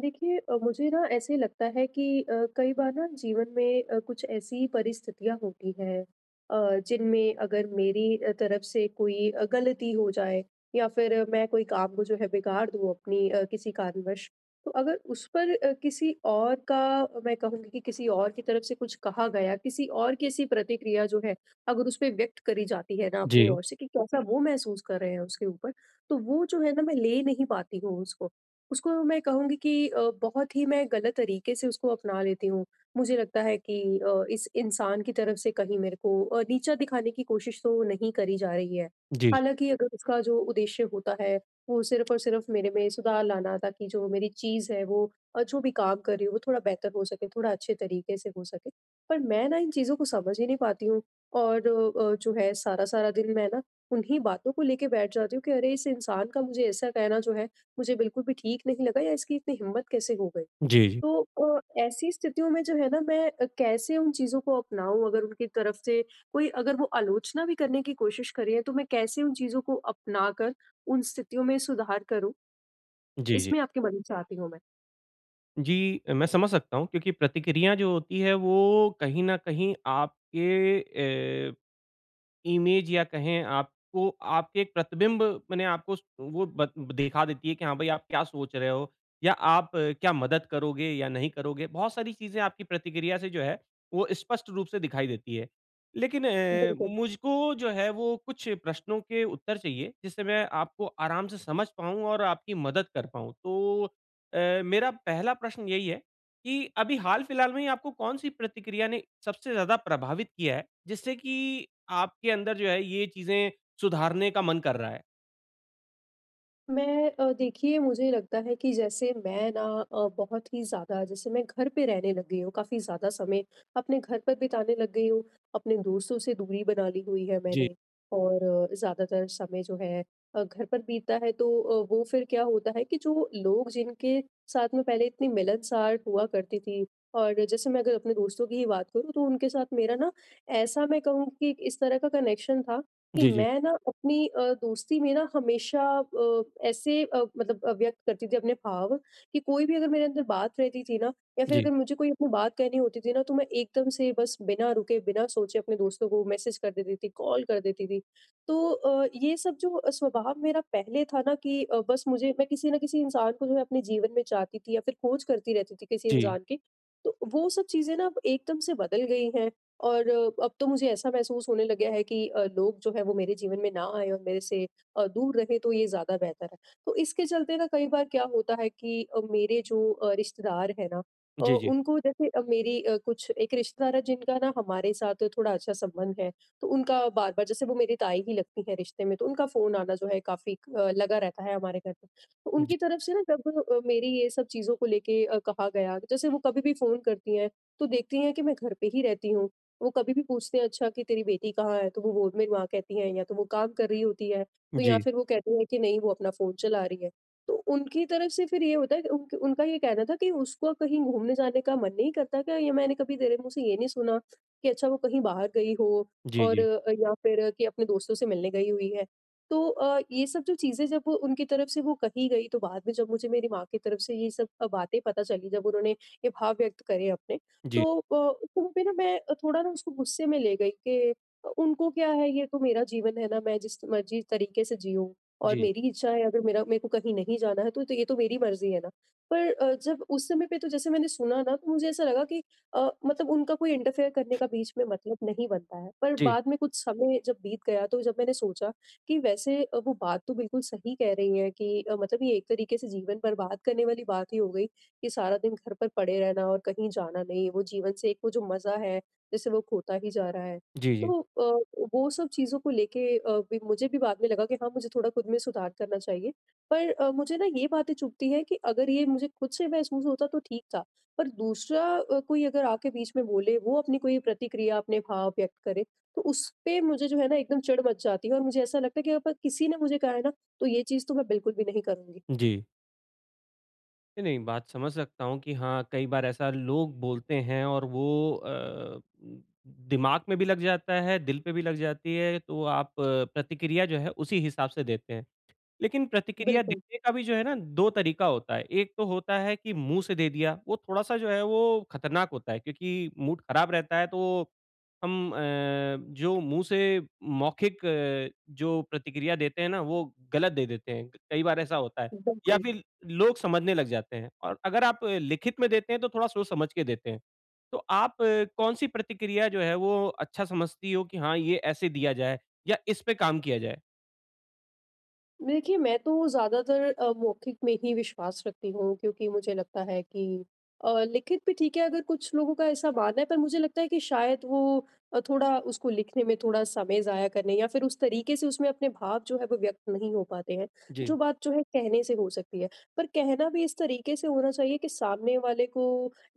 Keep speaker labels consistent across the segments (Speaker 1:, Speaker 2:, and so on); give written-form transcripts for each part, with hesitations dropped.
Speaker 1: देखिए मुझे ना ऐसे लगता है कि कई बार ना जीवन में कुछ ऐसी परिस्थितियां होती हैं जिनमें अगर मेरी तरफ से कोई गलती हो जाए या फिर मैं कोई काम को जो है बिगाड़ दूं अपनी किसी कारणवश। तो अगर उस पर किसी और का मैं कहूंगी कि किसी और की तरफ से कुछ कहा गया, किसी और की ऐसी प्रतिक्रिया जो है अगर उस पर व्यक्त करी जाती है ना अपनी
Speaker 2: जी,
Speaker 1: ओर से कि कैसा वो महसूस कर रहे हैं उसके ऊपर, तो वो जो है ना मैं ले नहीं पाती हूँ उसको। उसको मैं कहूँगी कि बहुत ही मैं गलत तरीके से उसको अपना लेती हूँ। मुझे लगता है कि इस इंसान की तरफ से कहीं मेरे को नीचा दिखाने की कोशिश तो नहीं करी जा रही है।
Speaker 2: जी, जी।
Speaker 1: हालाँकि अगर उसका जो उद्देश्य होता है, वो सिर्फ़ और सिर्फ़ मेरे में सुधार लाना ताकि जो मेरी चीज़ है वो जो भी काम कर रही हूँ वो थोड़ा बेहतर हो सके, थोड़ा अच्छे तरीके से हो सके। पर मैं ना इन चीज़ों को समझ ही नहीं पाती हूँ और जो है सारा-सारा दिन मैं ना उन्हीं बातों को लेके बैठ जाती हूँ कि अरे! इस इंसान का मुझे ऐसा कहना जो है मुझे बिल्कुल भी ठीक नहीं लगा, या इसकी इतनी हिम्मत कैसे हो गई?
Speaker 2: जी, जी।
Speaker 1: तो ऐसी स्थितियों में जो है ना मैं कैसे उन चीज़ों को अपनाऊँ अगर उनकी तरफ से कोई अगर वो आलोचना भी करने की कोशिश कर रही है, तो मैं कैसे उन चीज़ों को अपनाकर उन स्थितियों में सुधार करूँ?
Speaker 2: जी, जी।
Speaker 1: इसमें आपकी मदद चाहती हूँ मैं।
Speaker 2: जी, मैं समझ सकता हूँ क्योंकि प्रतिक्रिया जो होती है वो कहीं न कहीं आपके इमेज या कहें आपको आपके एक प्रतिबिंब माने आपको स- वो ब दिखा देती है कि हाँ भाई आप क्या सोच रहे हो या आप क्या मदद करोगे या नहीं करोगे। बहुत सारी चीज़ें आपकी प्रतिक्रिया से जो है वो स्पष्ट रूप से दिखाई देती है। लेकिन
Speaker 1: बिल्कुल।
Speaker 2: मुझको जो है वो कुछ प्रश्नों के उत्तर चाहिए जिससे मैं आपको आराम से समझ पाऊँ और आपकी मदद कर पाऊँ। तो मेरा पहला प्रश्न यही है कि अभी हाल-फिलहाल में ही आपको कौन-सी प्रतिक्रिया ने सबसे ज़्यादा प्रभावित किया है, जिससे कि आपके अंदर जो है ये चीज़ें सुधारने का मन कर रहा है?
Speaker 1: मैं देखिए मुझे लगता है कि जैसे मैं ना बहुत ही ज़्यादा, जैसे मैं घर पे रहने लग गई हूँ, काफ़ी ज़्यादा समय अपने घर पर बिताने लग गई हूँ, अपने दोस्तों से दूरी बना ली हुई है
Speaker 2: जी।
Speaker 1: मैंने। और ज़्यादातर समय जो है घर पर बीतता है, तो वो फिर क्या होता है कि जो लोग जिनके साथ में पहले इतनी मिलनसार हुआ करती थी, और जैसे मैं अगर अपने दोस्तों की ही बात करूँ तो उनके साथ मेरा ना ऐसा मैं कहूँ कि इस तरह का कनेक्शन था कि
Speaker 2: जी, जी।
Speaker 1: मैं ना अपनी दोस्ती में ना हमेशा ऐसे मतलब व्यक्त करती थी अपने भाव, कि कोई भी अगर मेरे अंदर बात रहती थी ना, या फिर
Speaker 2: जी।
Speaker 1: अगर मुझे कोई अपनी बात कहनी होती थी ना, तो मैं एकदम से बस बिना रुके बिना सोचे अपने दोस्तों को मैसेज कर देती थी, कॉल कर देती थी। तो ये सब जो स्वभाव मेरा पहले था ना कि बस मुझे, मैं किसी ना किसी इंसान को जो है अपने जीवन में चाहती थी या फिर खोज करती रहती थी किसी
Speaker 2: जी।
Speaker 1: इंसान की। तो वो सब चीजें ना अब एकदम से बदल गई हैं और अब तो मुझे ऐसा महसूस होने लग गया है कि लोग जो है वो मेरे जीवन में ना आए और मेरे से दूर रहे तो ये ज़्यादा बेहतर है। तो इसके चलते ना कई बार क्या होता है कि मेरे जो रिश्तेदार हैं ना
Speaker 2: जी, जी।
Speaker 1: उनको, जैसे मेरी कुछ एक रिश्तेदार है जिनका ना हमारे साथ थोड़ा अच्छा संबंध है, तो उनका बार-बार, जैसे वो मेरी ताई ही लगती हैं रिश्ते में, तो उनका फ़ोन आना जो है काफ़ी लगा रहता है हमारे घर पे। तो
Speaker 2: जी।
Speaker 1: उनकी तरफ से ना जब मेरी ये सब चीज़ों को लेके कहा गया, जैसे वो कभी भी फ़ोन करती हैं, तो देखती हैं कि मैं घर पे ही रहती हूँ। वो कभी भी पूछते हैं, अच्छा कि तेरी बेटी कहाँ है? तो वो मेरी माँ कहती हैं, या तो वो काम कर रही होती है, तो
Speaker 2: जी।
Speaker 1: या फिर वो कहती हैं कि नहीं वो अपना फ़ोन चला रही है। तो उनकी तरफ से फिर ये होता है कि उनका ये कहना था कि उसको कहीं घूमने जाने का मन नहीं करता क्या? ये मैंने कभी तेरे मुँह से ये नहीं सुना कि अच्छा वो कहीं बाहर गई हो,
Speaker 2: जी,
Speaker 1: और
Speaker 2: जी।
Speaker 1: या फिर कि अपने दोस्तों से मिलने गई हुई है। तो ये सब जो चीज़ें जब वो उनकी तरफ से वो कही गई, तो बाद में जब मुझे मेरी माँ की तरफ से ये सब बातें पता चली, जब उन्होंने ये भाव व्यक्त करे अपने,
Speaker 2: जी।
Speaker 1: तो उस समय पे ना मैं थोड़ा ना उसको गुस्से में ले गई कि उनको क्या है, ये तो मेरा जीवन है ना, मैं जिस मर्जी तरीके से जीऊँ, और
Speaker 2: जी, जी।
Speaker 1: मेरी इच्छा है, अगर मेरा मेरे को कहीं नहीं जाना है तो ये तो मेरी मर्जी है ना। पर जब उस समय पे तो जैसे मैंने सुना ना, तो मुझे ऐसा लगा कि मतलब उनका कोई इंटरफेयर करने का बीच में मतलब नहीं बनता है। पर बाद में कुछ समय जब बीत गया तो जब मैंने सोचा कि वैसे वो बात तो बिल्कुल सही कह रही हैं, कि मतलब ये एक तरीके से जीवन बर्बाद करने वाली बात ही हो गई। कि सारा दिन घर पर पड़े रहना और कहीं जाना नहीं, वो जीवन से एक वो जो मज़ा है, जैसे वो खोता ही जा रहा है।
Speaker 2: जी, जी।
Speaker 1: तो वो सब चीज़ों को लेके भी मुझे भी बाद में लगा कि हाँ, मुझे थोड़ा खुद में सुधार करना चाहिए। पर मुझे ना ये बातें चुभती हैं कि अगर ये मुझे खुद से महसूस होता तो ठीक था, पर दूसरा कोई अगर आके बीच में बोले, वो अपनी कोई प्रतिक्रिया, अपने भाव व्यक्त करे, तो उसपे मुझे जो है ना एकदम चिढ़ मच जाती है, और मुझे ऐसा लगता है कि अगर किसी ने मुझे कहा है ना, तो ये चीज़ तो मैं बिल्कुल भी नहीं करूँगी।
Speaker 2: जी। नहीं, नहीं, बात समझ सकता हूँ कि हाँ, कई बार ऐसा लोग बोलते हैं और वो अ, दिमाग में भी लग जाता है, दिल पे भी लग जाती है, तो आप प्रतिक्रिया जो है उसी हिसाब से देते हैं। लेकिन प्रतिक्रिया
Speaker 1: बिल्कुल,
Speaker 2: देने का भी जो है ना 2 तरीका होता है। एक तो होता है कि मुँह से दे दिया, वो थोड़ा-सा जो है वो खतरनाक होता है क्योंकि मूड ख़राब रहता है तो हम जो मुँह से मौखिक जो प्रतिक्रिया देते हैं ना वो गलत दे देते हैं। कई बार ऐसा होता है या
Speaker 1: बिल्कुल।
Speaker 2: फिर लोग समझने लग जाते हैं और अगर आप लिखित में देते हैं तो थोड़ा सोच समझ के देते हैं। तो आप कौन-सी प्रतिक्रिया जो है वो अच्छा समझती हो कि हाँ, ये ऐसे दिया जाए या इस पे काम किया जाए?
Speaker 1: देखिए, मैं तो ज़्यादातर मौखिक में ही विश्वास रखती हूँ, क्योंकि मुझे लगता है कि लिखित भी ठीक है अगर कुछ लोगों का ऐसा मानना है, पर मुझे लगता है कि शायद वो थोड़ा उसको लिखने में थोड़ा समय ज़ाया करने, या फिर उस तरीके से उसमें अपने भाव जो है वो व्यक्त नहीं हो पाते हैं।
Speaker 2: जी।
Speaker 1: जो बात जो है कहने से हो सकती है, पर कहना भी इस तरीके से होना चाहिए कि सामने वाले को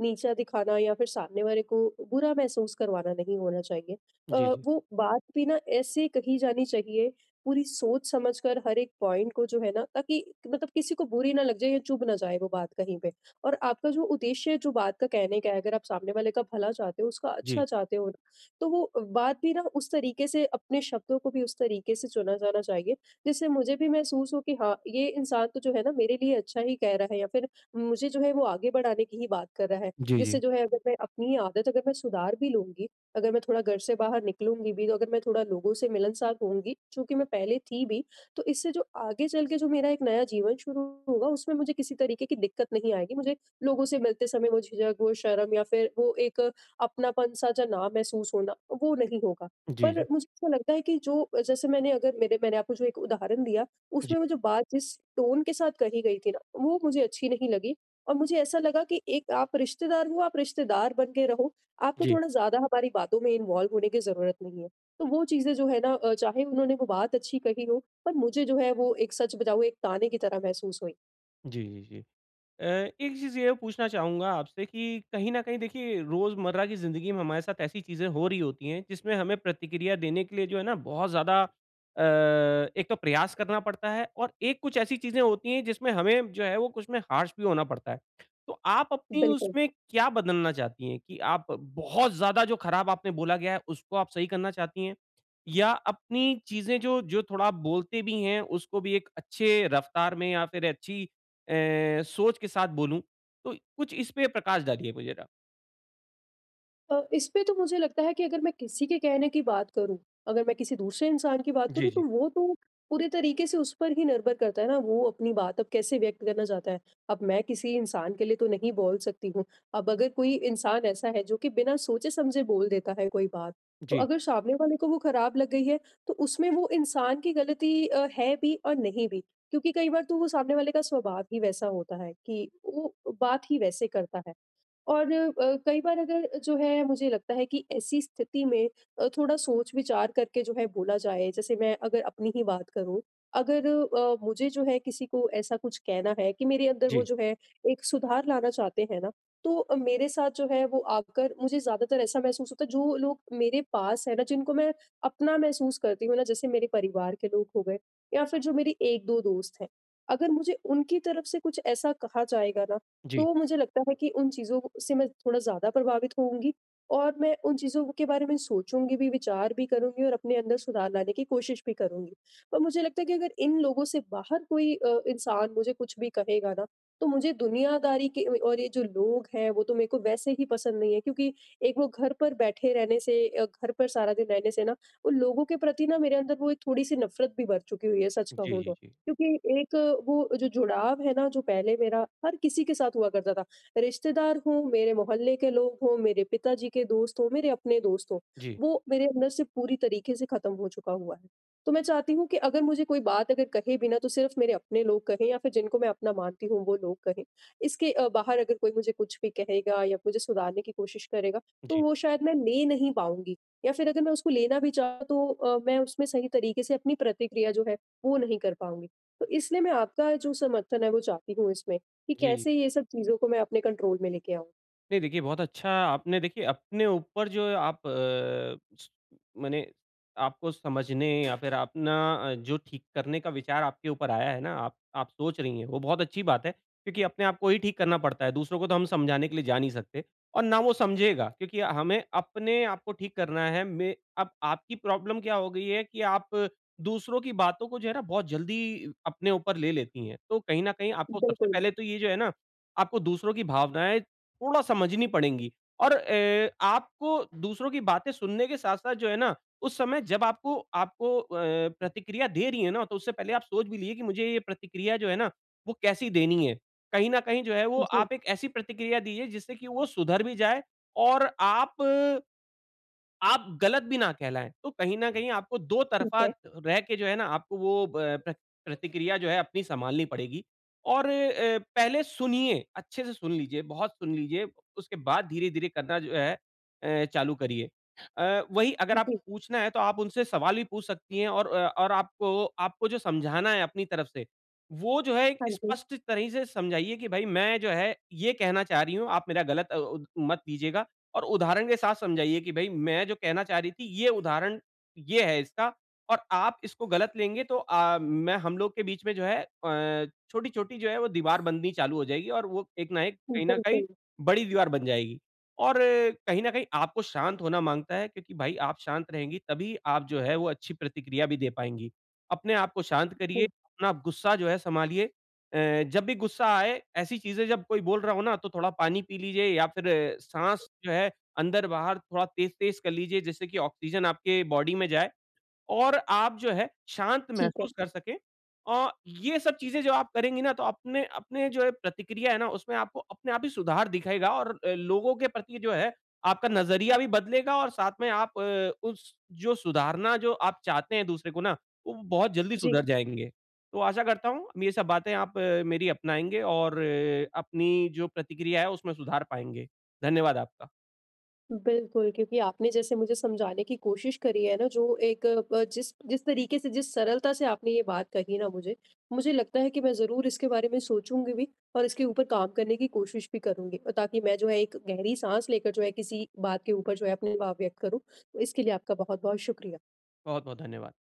Speaker 1: नीचा दिखाना या फिर सामने वाले को बुरा महसूस करवाना नहीं होना चाहिए। अ,
Speaker 2: जी, जी।
Speaker 1: वो बात भी ना ऐसे कही जानी चाहिए, पूरी सोच समझ कर, हर एक पॉइंट को जो है ना, ताकि मतलब किसी को बुरी ना लग जाए या चुभ ना जाए वो बात कहीं पे। और आपका जो उद्देश्य है, जो बात का कहने का है, अगर आप सामने वाले का भला चाहते हो, उसका
Speaker 2: जी।
Speaker 1: अच्छा चाहते हो ना, तो वो बात भी ना उस तरीके से, अपने शब्दों को भी उस तरीके से चुना जाना चाहिए, जिससे मुझे भी महसूस हो कि हाँ ये इंसान तो जो है ना मेरे लिए अच्छा ही कह रहा है, या फिर मुझे जो है वो आगे बढ़ाने की ही बात कर रहा है।
Speaker 2: जी,
Speaker 1: जिससे
Speaker 2: जी।
Speaker 1: जो है, अगर मैं अपनी आदत अगर मैं सुधार भी लूंगी, अगर मैं थोड़ा घर से बाहर निकलूँगी भी, तो अगर मैं थोड़ा लोगों से मिलनसार होंगी, जो कि मैं पहले थी भी, तो इससे जो आगे चल के जो मेरा एक नया जीवन शुरू होगा, उसमें मुझे किसी तरीके की दिक्कत नहीं आएगी। मुझे लोगों से मिलते समय वो झिझक, वो शर्म या फिर वो एक अपनापन-सा जो ना महसूस होना, वो नहीं होगा।
Speaker 2: जी,
Speaker 1: पर
Speaker 2: जी।
Speaker 1: मुझे ऐसा लगता है कि जो, जैसे मैंने अगर मेरे, मैंने आपको जो एक उदाहरण दिया,
Speaker 2: जी,
Speaker 1: उसमें वो जो बात जिस टोन के साथ कही गई थी ना, वो मुझे अच्छी नहीं लगी। और मुझे ऐसा लगा कि एक आप रिश्तेदार हो, आप रिश्तेदार बन के रहो, आपको
Speaker 2: जी।
Speaker 1: थोड़ा ज़्यादा हमारी बातों में इन्वॉल्व होने की ज़रूरत नहीं है। तो वो चीज़ें जो है ना चाहे उन्होंने वो बात अच्छी कही हो, पर मुझे जो है वो एक सच बताऊँ, एक ताने की तरह महसूस हुई।
Speaker 2: जी, जी, जी। अ, एक चीज़ ये पूछना चाहूँगा आपसे कि कहीं न कहीं देखिए रोज़मर्रा की ज़िंदगी में हमारे साथ ऐसी चीज़ें हो रही होती हैं जिसमें हमें प्रतिक्रिया देने के लिए जो है ना बहुत ज़्यादा एक तो प्रयास करना पड़ता है और एक कुछ ऐसी चीज़ें होती हैं जिसमें हमें जो है वो कुछ में हार्श भी होना पड़ता है। तो आप अपनी
Speaker 1: बिल्कुल।
Speaker 2: उसमें क्या बदलना चाहती हैं कि आप बहुत ज़्यादा जो खराब आपने बोला गया है उसको आप सही करना चाहती हैं? या अपनी चीज़ें जो जो थोड़ा आप बोलते भी हैं उसको भी एक अच्छे रफ्तार में या फिर अच्छी सोच के साथ बोलूँ, तो कुछ इस पे प्रकाश डालिए मुझे ज़रा।
Speaker 1: इस पे तो मुझे लगता है कि अगर मैं किसी के कहने की बात करूँ, अगर मैं किसी दूसरे इंसान की बात
Speaker 2: जी,
Speaker 1: करूँ, तो
Speaker 2: जी।
Speaker 1: वो तो पूरे तरीके से उस पर ही निर्भर करता है ना, वो अपनी बात अब कैसे व्यक्त करना चाहता है। अब मैं किसी इंसान के लिए तो नहीं बोल सकती हूँ। अब अगर कोई इंसान ऐसा है जो कि बिना सोचे-समझे बोल देता है कोई बात, तो
Speaker 2: जी,
Speaker 1: अगर सामने वाले को वो खराब लग गई है, तो उसमें वो इंसान की गलती है भी और नहीं भी। क्योंकि कई बार तो वो सामने वाले का स्वभाव ही वैसा होता है कि वो बात ही वैसे करता है। और कई बार अगर जो है मुझे लगता है कि ऐसी स्थिति में थोड़ा सोच विचार करके जो है बोला जाए, जैसे मैं अगर अपनी ही बात करूं, अगर मुझे जो है किसी को ऐसा कुछ कहना है कि मेरे अंदर वो
Speaker 2: जी,
Speaker 1: जो है एक सुधार लाना चाहते हैं ना, तो मेरे साथ जो है वो आकर मुझे ज्यादातर ऐसा महसूस होता है, जो लोग मेरे पास है ना जिनको मैं अपना महसूस करती हूँ ना, जैसे मेरे परिवार के लोग हो गए, या फिर जो मेरे एक दो दोस्त हैं, अगर मुझे उनकी तरफ से कुछ ऐसा कहा जाएगा ना,
Speaker 2: जी,
Speaker 1: तो मुझे लगता है कि उन चीज़ों से मैं थोड़ा ज़्यादा प्रभावित होऊँगी, और मैं उन चीज़ों के बारे में सोचूँगी भी, विचार भी करूँगी और अपने अंदर सुधार लाने की कोशिश भी करूँगी। पर मुझे लगता है कि अगर इन लोगों से बाहर कोई इंसान मुझे कुछ भी कहेगा ना, तो मुझे दुनियादारी के और ये जो लोग हैं, वो तो मेरे को वैसे ही पसंद नहीं है, क्योंकि एक वो घर पर बैठे रहने से घर पर सारा दिन रहने से ना, उन लोगों के प्रति ना मेरे अंदर वो एक थोड़ी-सी नफ़रत भी भर चुकी हुई है, सच
Speaker 2: जी,
Speaker 1: कहूँ तो।
Speaker 2: जी,
Speaker 1: क्योंकि एक वो जो जुड़ाव है ना, जो पहले मेरा हर किसी के साथ हुआ करता था, रिश्तेदार हों, मेरे मोहल्ले के लोग हों, मेरे पिताजी के दोस्त हों, मेरे अपने दोस्त हों,
Speaker 2: जी, जी,
Speaker 1: वो मेरे अंदर से पूरी तरीके से खत्म हो चुका हुआ है। तो मैं चाहती हूँ कि अगर मुझे कोई बात अगर कहे भी ना, तो सिर्फ़ मेरे अपने लोग कहें या फिर जिनको मैं अपना मानती हूँ, वो लोग कहें। इसके बाहर अगर कोई मुझे कुछ भी कहेगा या मुझे सुधारने की कोशिश करेगा,
Speaker 2: जी,
Speaker 1: तो
Speaker 2: जी।
Speaker 1: वो शायद मैं ले नहीं पाऊँगी, या फिर अगर मैं उसको लेना भी चाहूँ, तो मैं उसमें सही तरीके से अपनी प्रतिक्रिया जो है, वो नहीं कर पाऊँगी। तो इसलिए मैं आपका जो समर्थन है वो चाहती हूँ इसमें, कि
Speaker 2: जी।
Speaker 1: कैसे ये सब चीज़ों को मैं अपने कंट्रोल में लेके आऊँ।
Speaker 2: नहीं देखिए, बहुत अच्छा आपने देखिए अपने ऊपर जो आप अ, स मने आपको समझने या फिर अपना जो ठीक करने का विचार आपके ऊपर आया है ना, आप सोच रही हैं, वो बहुत अच्छी बात है क्योंकि अपने आप को ही ठीक करना पड़ता है, दूसरों को तो हम समझाने के लिए जा नहीं सकते और ना वो समझेगा क्योंकि हमें अपने आप को ठीक करना है। मैं अब आपकी प्रॉब्लम क्या हो गई है कि आप दूसरों की बातों को जो है ना बहुत जल्दी अपने ऊपर ले लेती हैं, तो कहीं न कहीं आपको सबसे
Speaker 1: बिल्कुल।
Speaker 2: पहले तो ये जो है ना, आपको दूसरों की भावनाएँ थोड़ा समझनी पड़ेंगी और आपको दूसरों की बातें सुनने के साथ-साथ जो है ना, उस समय जब आपको आपको प्रतिक्रिया दे रही है ना, तो उससे पहले आप सोच भी लिए कि मुझे ये प्रतिक्रिया जो है ना, वो कैसी देनी है। कहीं न कहीं जो है वो
Speaker 1: जी,
Speaker 2: आप एक ऐसी प्रतिक्रिया दीजिए जिससे कि वो सुधर भी जाए और आप गलत भी ना कहलाएँ। तो कहीं न कहीं आपको दो
Speaker 1: ठीक
Speaker 2: तरफ़ा
Speaker 1: है।
Speaker 2: रह के जो है ना आपको वो ब प्र प्रतिक्रिया जो है अपनी सँभालनी पड़ेगी और पहले सुनिए, अच्छे से सुन लीजिए, बहुत सुन लीजिए, उसके बाद धीरे-धीरे करना जो है चालू करिए। वहीं अगर
Speaker 1: जी,
Speaker 2: आपको पूछना है तो आप उनसे सवाल भी पूछ सकती हैं और और आपको आपको जो समझाना है अपनी तरफ से, वो जो है एक
Speaker 1: हाँ जी।
Speaker 2: स्पष्ट तरह से समझाइए कि भाई मैं जो है ये कहना चाह रही हूँ, आप मेरा गलत अ, उद मत लीजिएगा और उदाहरण के साथ समझाइए कि भई मैं जो कहना चाह रही थी ये उदाहरण ये है इसका और आप इसको गलत लेंगे तो मैं हम लोग के बीच में जो है छोटी-छोटी जो है वो दीवार बननी चालू हो जाएगी और वो एक ना एक कहीं न कहीं
Speaker 1: बिल्कुल,
Speaker 2: बड़ी दीवार बन जाएगी। और कहीं न कहीं आपको शांत होना माँगता है क्योंकि भाई आप शांत रहेंगी तभी आप जो है वो अच्छी प्रतिक्रिया भी दे पाएँगी। अपने आप को शांत करिए,
Speaker 1: जी,
Speaker 2: अपना गुस्सा जो है सँभालिए। जब भी गुस्सा आए, ऐसी चीज़ें जब कोई बोल रहा हो ना, तो थोड़ा पानी पी लीजिए या फिर साँस जो है अंदर-बाहर थोड़ा तेज़-तेज़ कर लीजिए, जिससे कि ऑक्सीजन आपके बॉडी में जाए। और आप जो है शांत
Speaker 1: ठीक है।
Speaker 2: महसूस कर सकें। ये सब चीज़ें जो आप करेंगी ना तो अपने अपने जो है प्रतिक्रिया है ना उसमें आपको अपने आप ही सुधार दिखेगा और लोगों के प्रति जो है आपका नज़रिया भी बदलेगा और साथ में आप उस जो सुधारना जो आप चाहते हैं दूसरे को ना, वो बहुत जल्दी
Speaker 1: जी,
Speaker 2: सुधर जाएँगे। तो आशा करता हूँ ये सब बातें आप मेरी अपनाएँगे और अपनी जो प्रतिक्रिया है उसमें सुधार पाएँगे। धन्यवाद आपका।
Speaker 1: बिल्कुल, क्योंकि आपने जैसे मुझे समझाने की कोशिश करी है ना, जो एक ब जिस जिस तरीके से, जिस सरलता से आपने ये बात कही ना मुझे, मुझे लगता है कि मैं ज़रूर इसके बारे में सोचूँगी भी और इसके ऊपर काम करने की कोशिश भी करूँगी, ताकि मैं जो है एक गहरी साँस लेकर जो है किसी बात के ऊपर जो है अपनी वाह व्यक्त करूँ। तो इसके लिए आपका बहुत-बहुत शुक्रिया।
Speaker 2: बहुत-बहुत धन्यवाद।